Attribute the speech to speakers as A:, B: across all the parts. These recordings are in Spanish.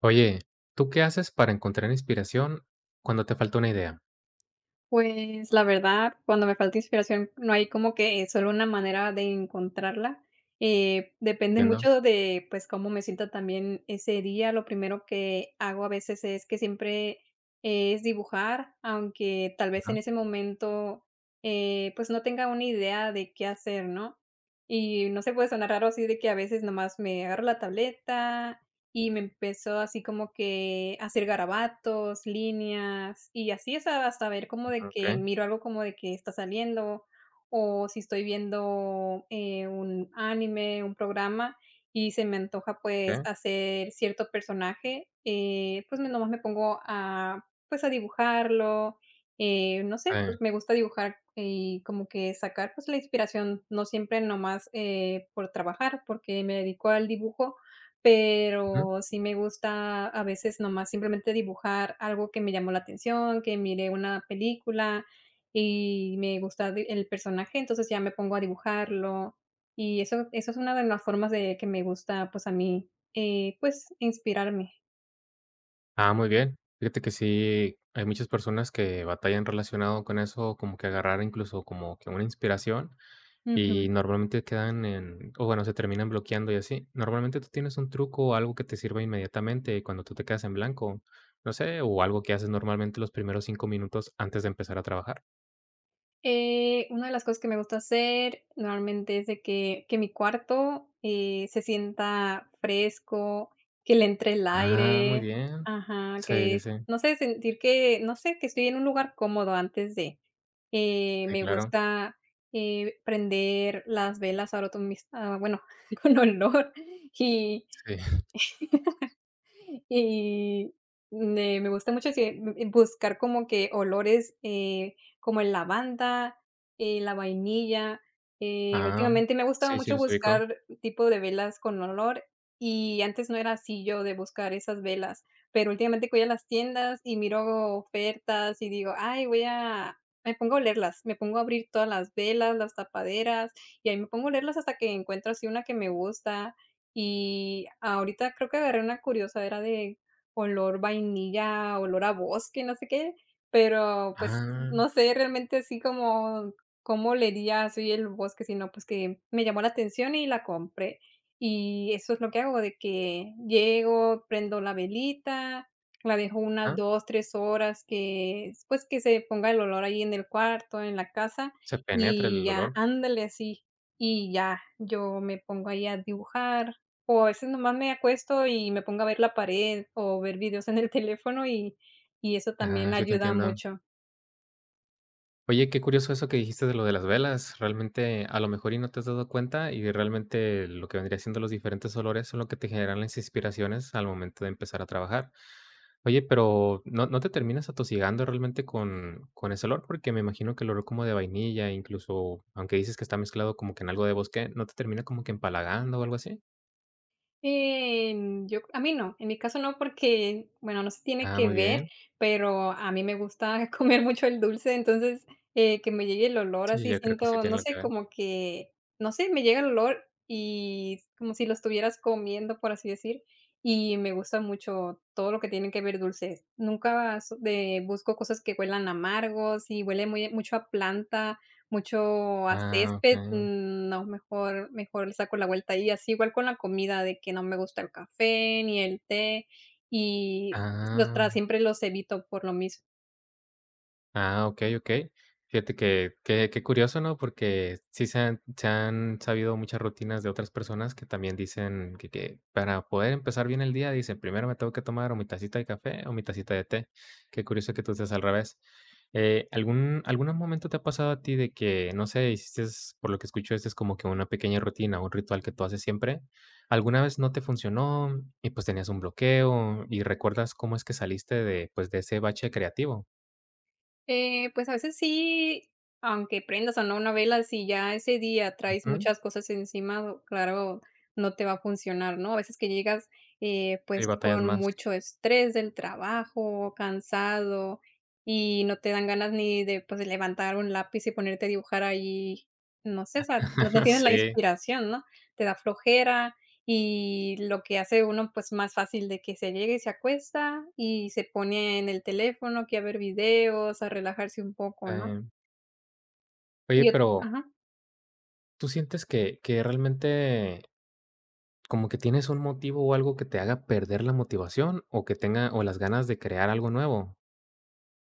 A: Oye, ¿tú qué haces para encontrar inspiración cuando te falta una idea?
B: Pues, la verdad, cuando me falta inspiración, no hay como que solo una manera de encontrarla, depende
A: Entiendo.
B: mucho de, pues, cómo me sienta también ese día. Lo primero que hago a veces es que siempre es dibujar, aunque tal vez en
A: Ajá,
B: ese momento, pues, no tenga una idea de qué hacer, ¿no? Y no se puede sonar raro así de que a veces nomás me agarro la tableta y me empezó así como que a hacer garabatos, líneas, y así hasta ver como de que
A: okey,
B: miro algo como de que está saliendo, o si estoy viendo, un anime, un programa, y se me antoja, pues,
A: okey,
B: hacer cierto personaje, pues, me nomás me pongo a, pues, a dibujarlo, no sé,
A: eh,
B: pues, me gusta dibujar y como que sacar, pues, la inspiración, no siempre nomás, por trabajar, porque me dedico al dibujo,
A: ujú.
B: pero sí me gusta a veces nomás simplemente dibujar algo que me llamó la atención, que miré una película y me gusta de el personaje, entonces ya me pongo a dibujarlo. Y eso es una de las formas de que me gusta, pues, a mí, pues, inspirarme.
A: Ah, muy bien. Fíjate que sí, hay muchas personas que batallan relacionado con eso, como que agarrar incluso como que una inspiración y normalmente quedan en o bueno, se terminan bloqueando y así. Normalmente, ¿tú tienes un truco o algo que te sirva inmediatamente cuando tú te quedas en blanco? No sé, o algo que haces normalmente los primeros 5 minutos antes de empezar a trabajar.
B: Una de las cosas que me gusta hacer normalmente es de que mi cuarto, se sienta fresco, que le entre el
A: Ah, muy
B: aire,
A: bien.
B: ajá,
A: Sí,
B: que
A: sí,
B: es
A: sí.
B: no sé, sentir que, no sé, que estoy en un lugar cómodo antes de.
A: Sí,
B: Me
A: claro.
B: gusta, prender las velas ahora con mis ah, bueno, con olor y
A: Sí.
B: y me gusta mucho que b buscar como que olores, como el lavanda, la vainilla,
A: Ah,
B: últimamente me ha gustado
A: sí, sí,
B: mucho
A: los ubico.
B: buscar tipo de velas con olor, y antes no era así yo de buscar esas velas, pero últimamente voy a las tiendas y miro ofertas y digo: "Ay, voy a", me pongo a olerlas, me pongo a abrir todas las velas, las tapaderas, y ahí me pongo a olerlas hasta que encuentro así una que me gusta. Y ahorita creo que agarré una curiosadera de olor vainilla, olor a bosque, no sé qué, pero, pues,
A: Ah,
B: no sé realmente así como cómo olería soy el bosque, sino, pues, que me llamó la atención y la compré. Y eso es lo que hago, de que llego, prendo la velita, la dejo unas
A: ah,
B: 2 3 horas que, pues, que se ponga el olor ahí en el cuarto, en la casa,
A: se penetra
B: y
A: el
B: ya,
A: olor.
B: ándale, así. Y ya, yo me pongo ahí a dibujar, o a veces nomás me acuesto y me pongo a ver la pared o ver videos en el teléfono y eso también
A: Ah, sí te
B: ayuda
A: entiendo.
B: mucho.
A: Oye, qué curioso eso que dijiste de lo de las velas. Realmente, a lo mejor y no te has dado cuenta, y realmente lo que vendría siendo los diferentes olores son lo que te generan las inspiraciones al momento de empezar a trabajar. Oye, pero no, no te terminas atosigando realmente con ese olor, porque me imagino que el olor como de vainilla, incluso, aunque dices que está mezclado como que en algo de bosque, ¿no te termina como que empalagando o algo así?
B: En yo a mí no, en mi caso no, porque, bueno, no se tiene
A: Ah,
B: que
A: muy
B: ver,
A: bien.
B: pero a mí me gusta comer mucho el dulce, entonces, que me llegue el olor
A: Sí,
B: así,
A: yo creo que sí
B: siento,
A: tiene
B: no
A: lo que
B: sé,
A: ver.
B: como que, no sé, me llega el olor y como si lo estuvieras comiendo, por así decir, y me gusta mucho todo lo que tiene que ver dulces. Nunca so de busco cosas que huelan amargos, y huele muy mucho a planta mucho a
A: Ah,
B: césped,
A: okey.
B: no, mejor le saco la vuelta y así igual con la comida, de que no me gusta el café, ni el té, y los
A: Ah,
B: tra siempre los evito por lo mismo.
A: ah, okey, okey. Fíjate que qué curioso, ¿no? Porque sí se han sabido muchas rutinas de otras personas que también dicen que para poder empezar bien el día, dicen: "Primero me tengo que tomar o mi tacita de café o mi tacita de té". Qué curioso que tú seas al revés. Algún momento te ha pasado a ti de que, no sé, hiciste, por lo que escucho, esto es como que una pequeña rutina, un ritual que tú haces siempre? ¿Alguna vez no te funcionó y, pues, tenías un bloqueo y recuerdas cómo es que saliste de, pues, de ese bache creativo?
B: Pues, a veces sí, aunque prendas o no una vela, si ya ese día traes muchas cosas encima, claro, no te va a funcionar, ¿no? A veces que llegas,
A: Y
B: pues,
A: batallas
B: con
A: más.
B: mucho estrés del trabajo, cansado, y no te dan ganas ni de, pues, levantar un lápiz y ponerte a dibujar ahí, no sé, o sea, no tienes la
A: Sí,
B: inspiración, ¿no? Te da flojera, y lo que hace uno, pues, más fácil de que se llegue, se acuesta y se pone en el teléfono, que a ver videos, a relajarse un poco, ¿no?
A: también.
B: Y
A: Oye,
B: yo
A: pero,
B: ajá.
A: ¿tú sientes que realmente como que tienes un motivo o algo que te haga perder la motivación o que tenga o las ganas de crear algo nuevo?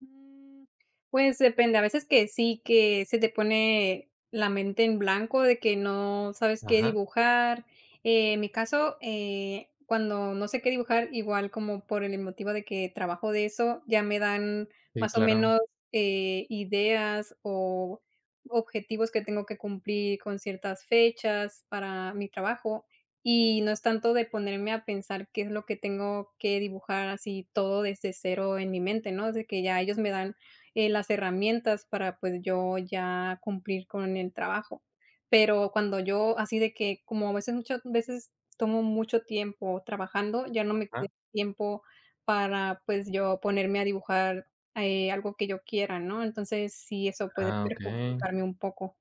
B: Mm, pues depende, a veces que sí, que se te pone la mente en blanco de que no sabes qué
A: Ajá,
B: dibujar. En mi caso, cuando no sé qué dibujar, igual como por el motivo de que trabajo de eso, ya me dan
A: sí,
B: más o
A: claro.
B: menos, ideas o objetivos que tengo que cumplir con ciertas fechas para mi trabajo. Y no es tanto de ponerme a pensar qué es lo que tengo que dibujar así todo desde cero en mi mente, ¿no? Es de que ya ellos me dan, las herramientas para, pues, yo ya cumplir con el trabajo. Pero cuando yo así de que, como a veces muchas veces tomo mucho tiempo trabajando, ya no me queda
A: Ajá.
B: tiempo para, pues, yo ponerme a dibujar, algo que yo quiera, ¿no? Entonces, sí, eso puede
A: Ah, okey.
B: perjudicarme un poco.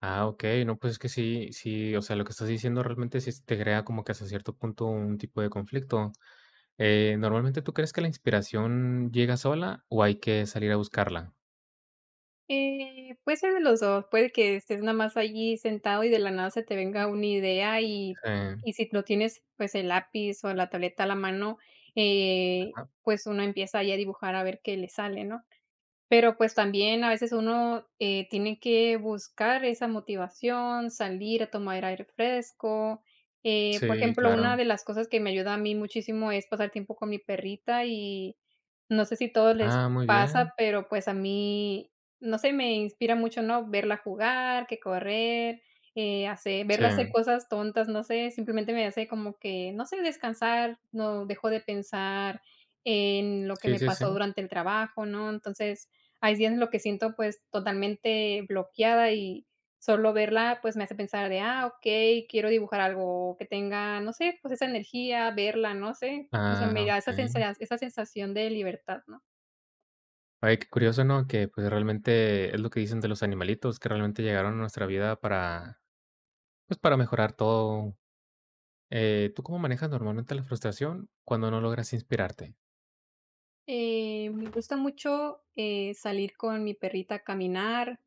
A: Ah, okey. No, pues, es que sí sí, o sea, lo que estás diciendo realmente sí te crea como que hasta cierto punto un tipo de conflicto. Normalmente, ¿tú crees que la inspiración llega sola o hay que salir a buscarla?
B: Puede ser de los dos, puede que estés nada más allí sentado y de la nada se te venga una idea y
A: Sí,
B: si no tienes, pues, el lápiz o la tableta a la mano, eh,
A: ajá.
B: pues, uno empieza ahí a dibujar a ver qué le sale, ¿no? Pero, pues, también a veces uno, tiene que buscar esa motivación, salir a tomar aire fresco. Por
A: Sí,
B: ejemplo,
A: claro.
B: una de las cosas que me ayuda a mí muchísimo es pasar tiempo con mi perrita y no sé si todos les
A: Ah, muy bien.
B: pasa, pero, pues, a mí, no sé, me inspira mucho, ¿no? Verla jugar, que correr, hacer verla hacer
A: Sí.
B: cosas tontas, no sé, simplemente me hace como que, no sé, descansar, no dejo de pensar en lo que
A: Sí,
B: me
A: sí, sí.
B: pasó durante el trabajo, ¿no? Entonces hay días en lo que siento, pues, totalmente bloqueada y solo verla, pues, me hace pensar de: "Ah, okey, quiero dibujar algo", que tenga, no sé, pues, esa energía, verla, no sé. O sea, me
A: Ah,
B: da esa
A: okey.
B: sensa esa sensación de libertad, ¿no?
A: Ay, qué curioso, ¿no? Que, pues, realmente es lo que dicen de los animalitos, que realmente llegaron a nuestra vida para, pues, para mejorar todo. ¿Tú cómo manejas normalmente la frustración cuando no logras inspirarte?
B: Me gusta mucho, salir con mi perrita a caminar,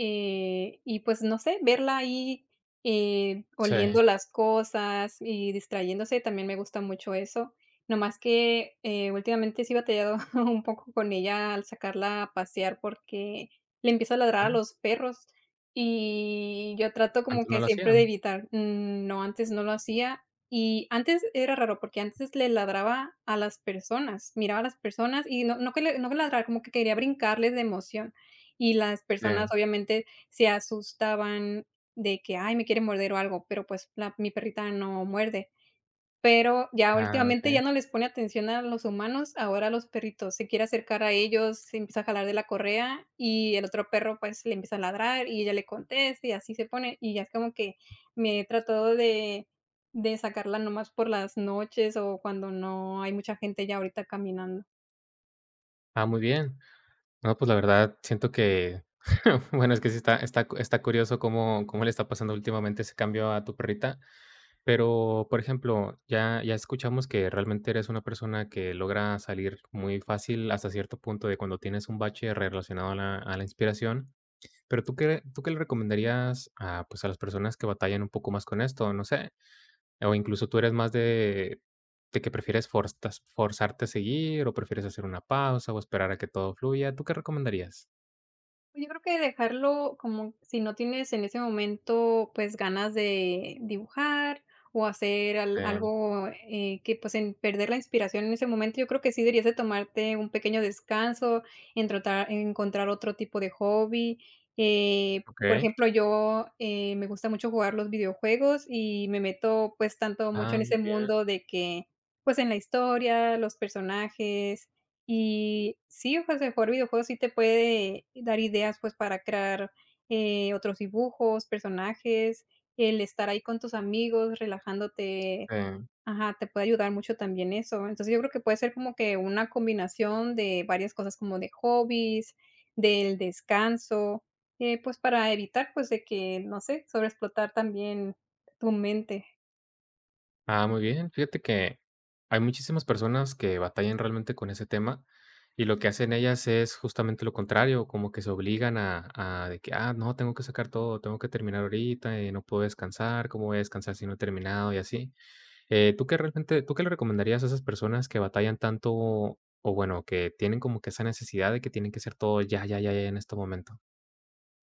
B: Y pues, no sé, verla ahí,
A: Sí,
B: oliendo las cosas y distrayéndose, también me gusta mucho eso. No más que, últimamente sí he batallado un poco con ella al sacarla a pasear, porque le empieza a ladrar a
A: okey.
B: los perros, y yo trato como
A: Antes no
B: que
A: lo
B: siempre de
A: hacían.
B: evitar. No, antes no lo hacía, y antes era raro, porque antes le ladraba a las personas, miraba a las personas y no que le no que ladrara, como que quería brincarles de emoción. Y las
A: Sí.
B: personas obviamente se asustaban de que: "Ay, me quiere morder o algo", pero pues la mi perrita no muerde. Pero ya
A: Ah,
B: últimamente ya
A: okey.
B: no les pone atención a los humanos, ahora a los perritos. Se quiere acercar a ellos, se empieza a jalar de la correa y el otro perro, pues, le empieza a ladrar y ella le contesta y así se pone. Y ya es como que me he tratado de sacarla nomás por las noches o cuando no hay mucha gente ya ahorita caminando.
A: Ah, muy bien. No, pues, la verdad siento que bueno, es que sí está está curioso cómo cómo le está pasando últimamente ese cambio a tu perrita. Pero, por ejemplo, ya escuchamos que realmente eres una persona que logra salir muy fácil hasta cierto punto de cuando tienes un bache relacionado a la inspiración, pero, tú qué le recomendarías a, pues, a las personas que batallan un poco más con esto? No sé, o incluso tú eres más de que prefieres forztas forzarte a seguir, o prefieres hacer una pausa, o esperar a que todo fluya, ¿tú qué recomendarías?
B: Pues, yo creo que dejarlo, como si no tienes en ese momento, pues, ganas de dibujar o hacer al
A: Eh,
B: algo, que, pues, en perder la inspiración en ese momento, yo creo que sí deberías de tomarte un pequeño descanso, en trotar encontrar otro tipo de hobby. Por
A: okey.
B: ejemplo, yo, me gusta mucho jugar los videojuegos y me meto, pues, tanto mucho en
A: Ah, muy
B: ese
A: bien,
B: mundo de que, pues, en la historia, los personajes, y sí, o sea, jugar videojuegos sí te puede dar ideas, pues, para crear, otros dibujos, personajes, el estar ahí con tus amigos, relajándote,
A: sí.
B: ajá, te puede ayudar mucho también eso. Entonces, yo creo que puede ser como que una combinación de varias cosas, como de hobbies, del descanso, pues, para evitar, pues, de que, no sé, sobreexplotar también tu mente.
A: Ah, muy bien. Fíjate que hay muchísimas personas que batallan realmente con ese tema y lo que hacen ellas es justamente lo contrario, como que se obligan a de que, ah, no, tengo que sacar todo, tengo que terminar ahorita, no puedo descansar, ¿cómo voy a descansar si no he terminado y así? ¿Tú qué realmente, tú qué le recomendarías a esas personas que batallan tanto o bueno, que tienen como que esa necesidad de que tienen que hacer todo ya, ya, ya, ya en este momento?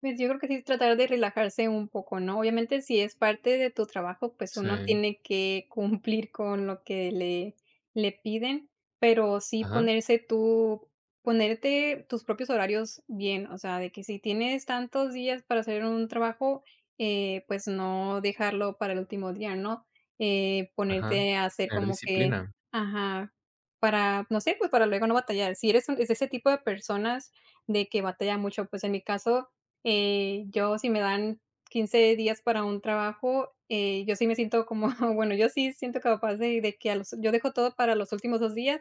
B: Pues yo creo que sí tratar de relajarse un poco, ¿no? Obviamente, si es parte de tu trabajo, pues uno
A: Sí.
B: tiene que cumplir con lo que le piden, pero sí
A: Ajá,
B: ponerse tú ponerte tus propios horarios bien, o sea, de que si tienes tantos días para hacer un trabajo, pues no dejarlo para el último día, ¿no?
A: ajá.
B: Ponerte a hacer
A: Tener
B: como que,
A: disciplina.
B: ajá, para, no sé, pues para luego no batallar. Si eres un es ese tipo de personas de que batalla mucho, pues en mi caso yo, si me dan 15 días para un trabajo, yo sí me siento como bueno, yo sí siento capaz de que a los yo dejo todo para los últimos 2 días,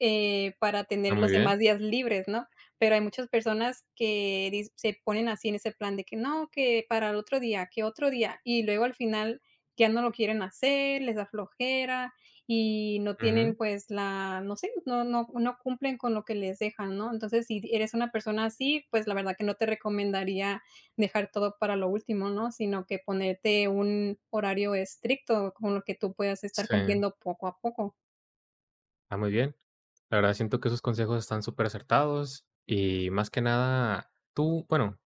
B: para
A: Ah,
B: tener
A: muy
B: los
A: bien.
B: demás días libres, ¿no? Pero hay muchas personas que dis se ponen así en ese plan de que no, que para el otro día, que otro día, y luego al final ya no lo quieren hacer, les da flojera y no tienen,
A: Ujú.
B: pues, la no sé, no cumplen con lo que les dejan, ¿no? Entonces, si eres una persona así, pues, la verdad que no te recomendaría dejar todo para lo último, ¿no? Sino que ponerte un horario estricto con lo que tú puedas estar
A: Sí.
B: cumpliendo poco a poco.
A: Ah, muy bien. La verdad siento que esos consejos están súper acertados y más que nada, tú, bueno,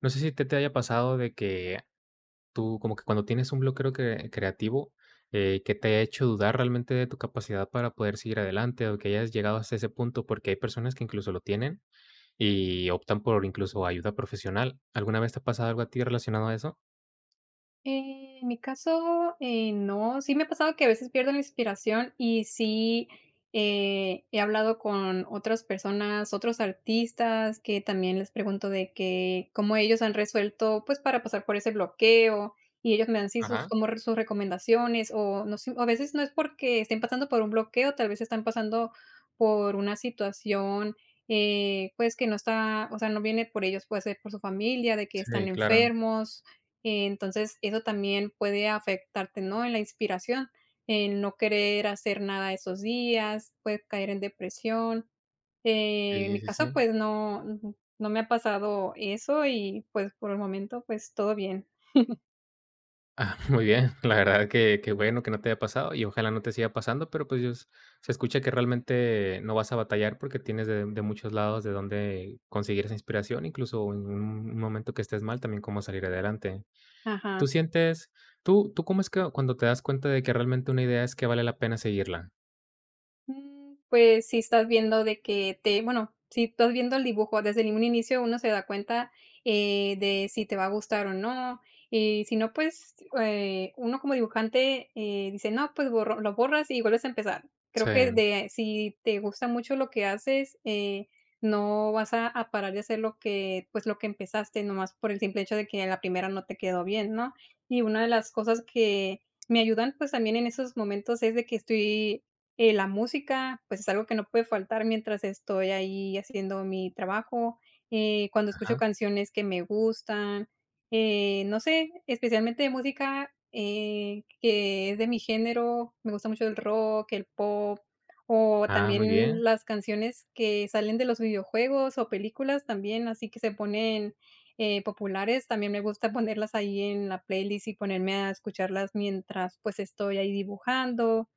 A: no sé si te haya pasado de que tú, como que cuando tienes un bloqueo creativo, que te ha hecho dudar realmente de tu capacidad para poder seguir adelante o que hayas llegado hasta ese punto, porque hay personas que incluso lo tienen y optan por incluso ayuda profesional. ¿Alguna vez te ha pasado algo a ti relacionado a eso?
B: En mi caso, no. Sí me ha pasado que a veces pierdo la inspiración y sí, he hablado con otras personas, otros artistas, que también les pregunto de que cómo ellos han resuelto, pues, para pasar por ese bloqueo, y ellos me dan sí sus
A: Ajá.
B: como sus recomendaciones, o no sé, o a veces no es porque estén pasando por un bloqueo, tal vez están pasando por una situación, pues, que no está, o sea, no viene por ellos, puede ser por su familia, de que están
A: Sí, claro.
B: enfermos, entonces, eso también puede afectarte, ¿no? En la inspiración, en no querer hacer nada esos días, puedes caer en depresión. En
A: Sí,
B: mi
A: sí, sí.
B: caso, pues no, no me ha pasado eso y pues por el momento, pues todo bien.
A: Ah, muy bien, la verdad que bueno que no te haya pasado y ojalá no te siga pasando, pero, pues, yo s se escucha que realmente no vas a batallar porque tienes de muchos lados de dónde conseguir esa inspiración, incluso en un momento que estés mal, también cómo salir adelante. ¿Tú
B: Ajá.
A: sientes tú cómo es que cuando te das cuenta de que realmente una idea es que vale la pena seguirla?
B: Pues, si estás viendo de que te bueno, si estás viendo el dibujo desde un inicio, uno se da cuenta, de si te va a gustar o no, y si no, pues, uno como dibujante, dice: "No, pues, borro lo borras y vuelves a empezar". Creo
A: Sí,
B: que de si te gusta mucho lo que haces, no vas a parar de hacer lo que, pues, lo que empezaste, nomás por el simple hecho de que la primera no te quedó bien, ¿no? Y una de las cosas que me ayudan, pues, también en esos momentos es de que estoy la música, pues, es algo que no puede faltar mientras estoy ahí haciendo mi trabajo, cuando escucho
A: ajá.
B: canciones que me gustan, no sé, especialmente de música, que es de mi género, me gusta mucho el rock, el pop, o
A: Ah, muy bien,
B: también las canciones que salen de los videojuegos o películas también, así que se ponen, populares, también me gusta ponerlas ahí en la playlist y ponerme a escucharlas mientras, pues, estoy ahí dibujando,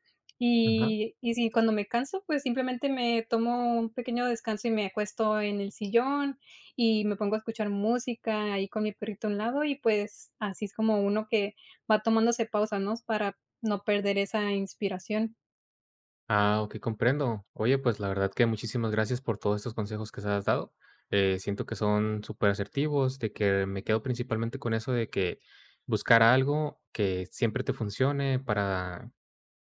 A: ajá.
B: y si cuando me canso, pues, simplemente me tomo un pequeño descanso y me acuesto en el sillón, y me pongo a escuchar música ahí con mi perrito a un lado, y pues, así es como uno que va tomándose pausas, ¿no? Para no perder esa inspiración.
A: Ah, ok, comprendo. Oye, pues la verdad que muchísimas gracias por todos estos consejos que se has dado. Siento que son súper asertivos, de que me quedo principalmente con eso de que buscar algo que siempre te funcione para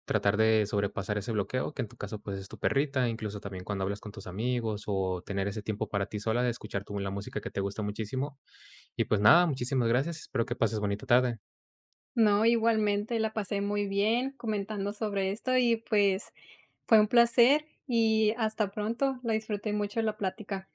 A: tratar de sobrepasar ese bloqueo, que en tu caso pues es tu perrita, incluso también cuando hablas con tus amigos o tener ese tiempo para ti sola de escuchar tu, la música que te gusta muchísimo. Y pues nada, muchísimas gracias. Espero que pases bonita tarde.
B: No, igualmente la pasé muy bien comentando sobre esto y, pues, fue un placer y hasta pronto. La disfruté mucho la plática.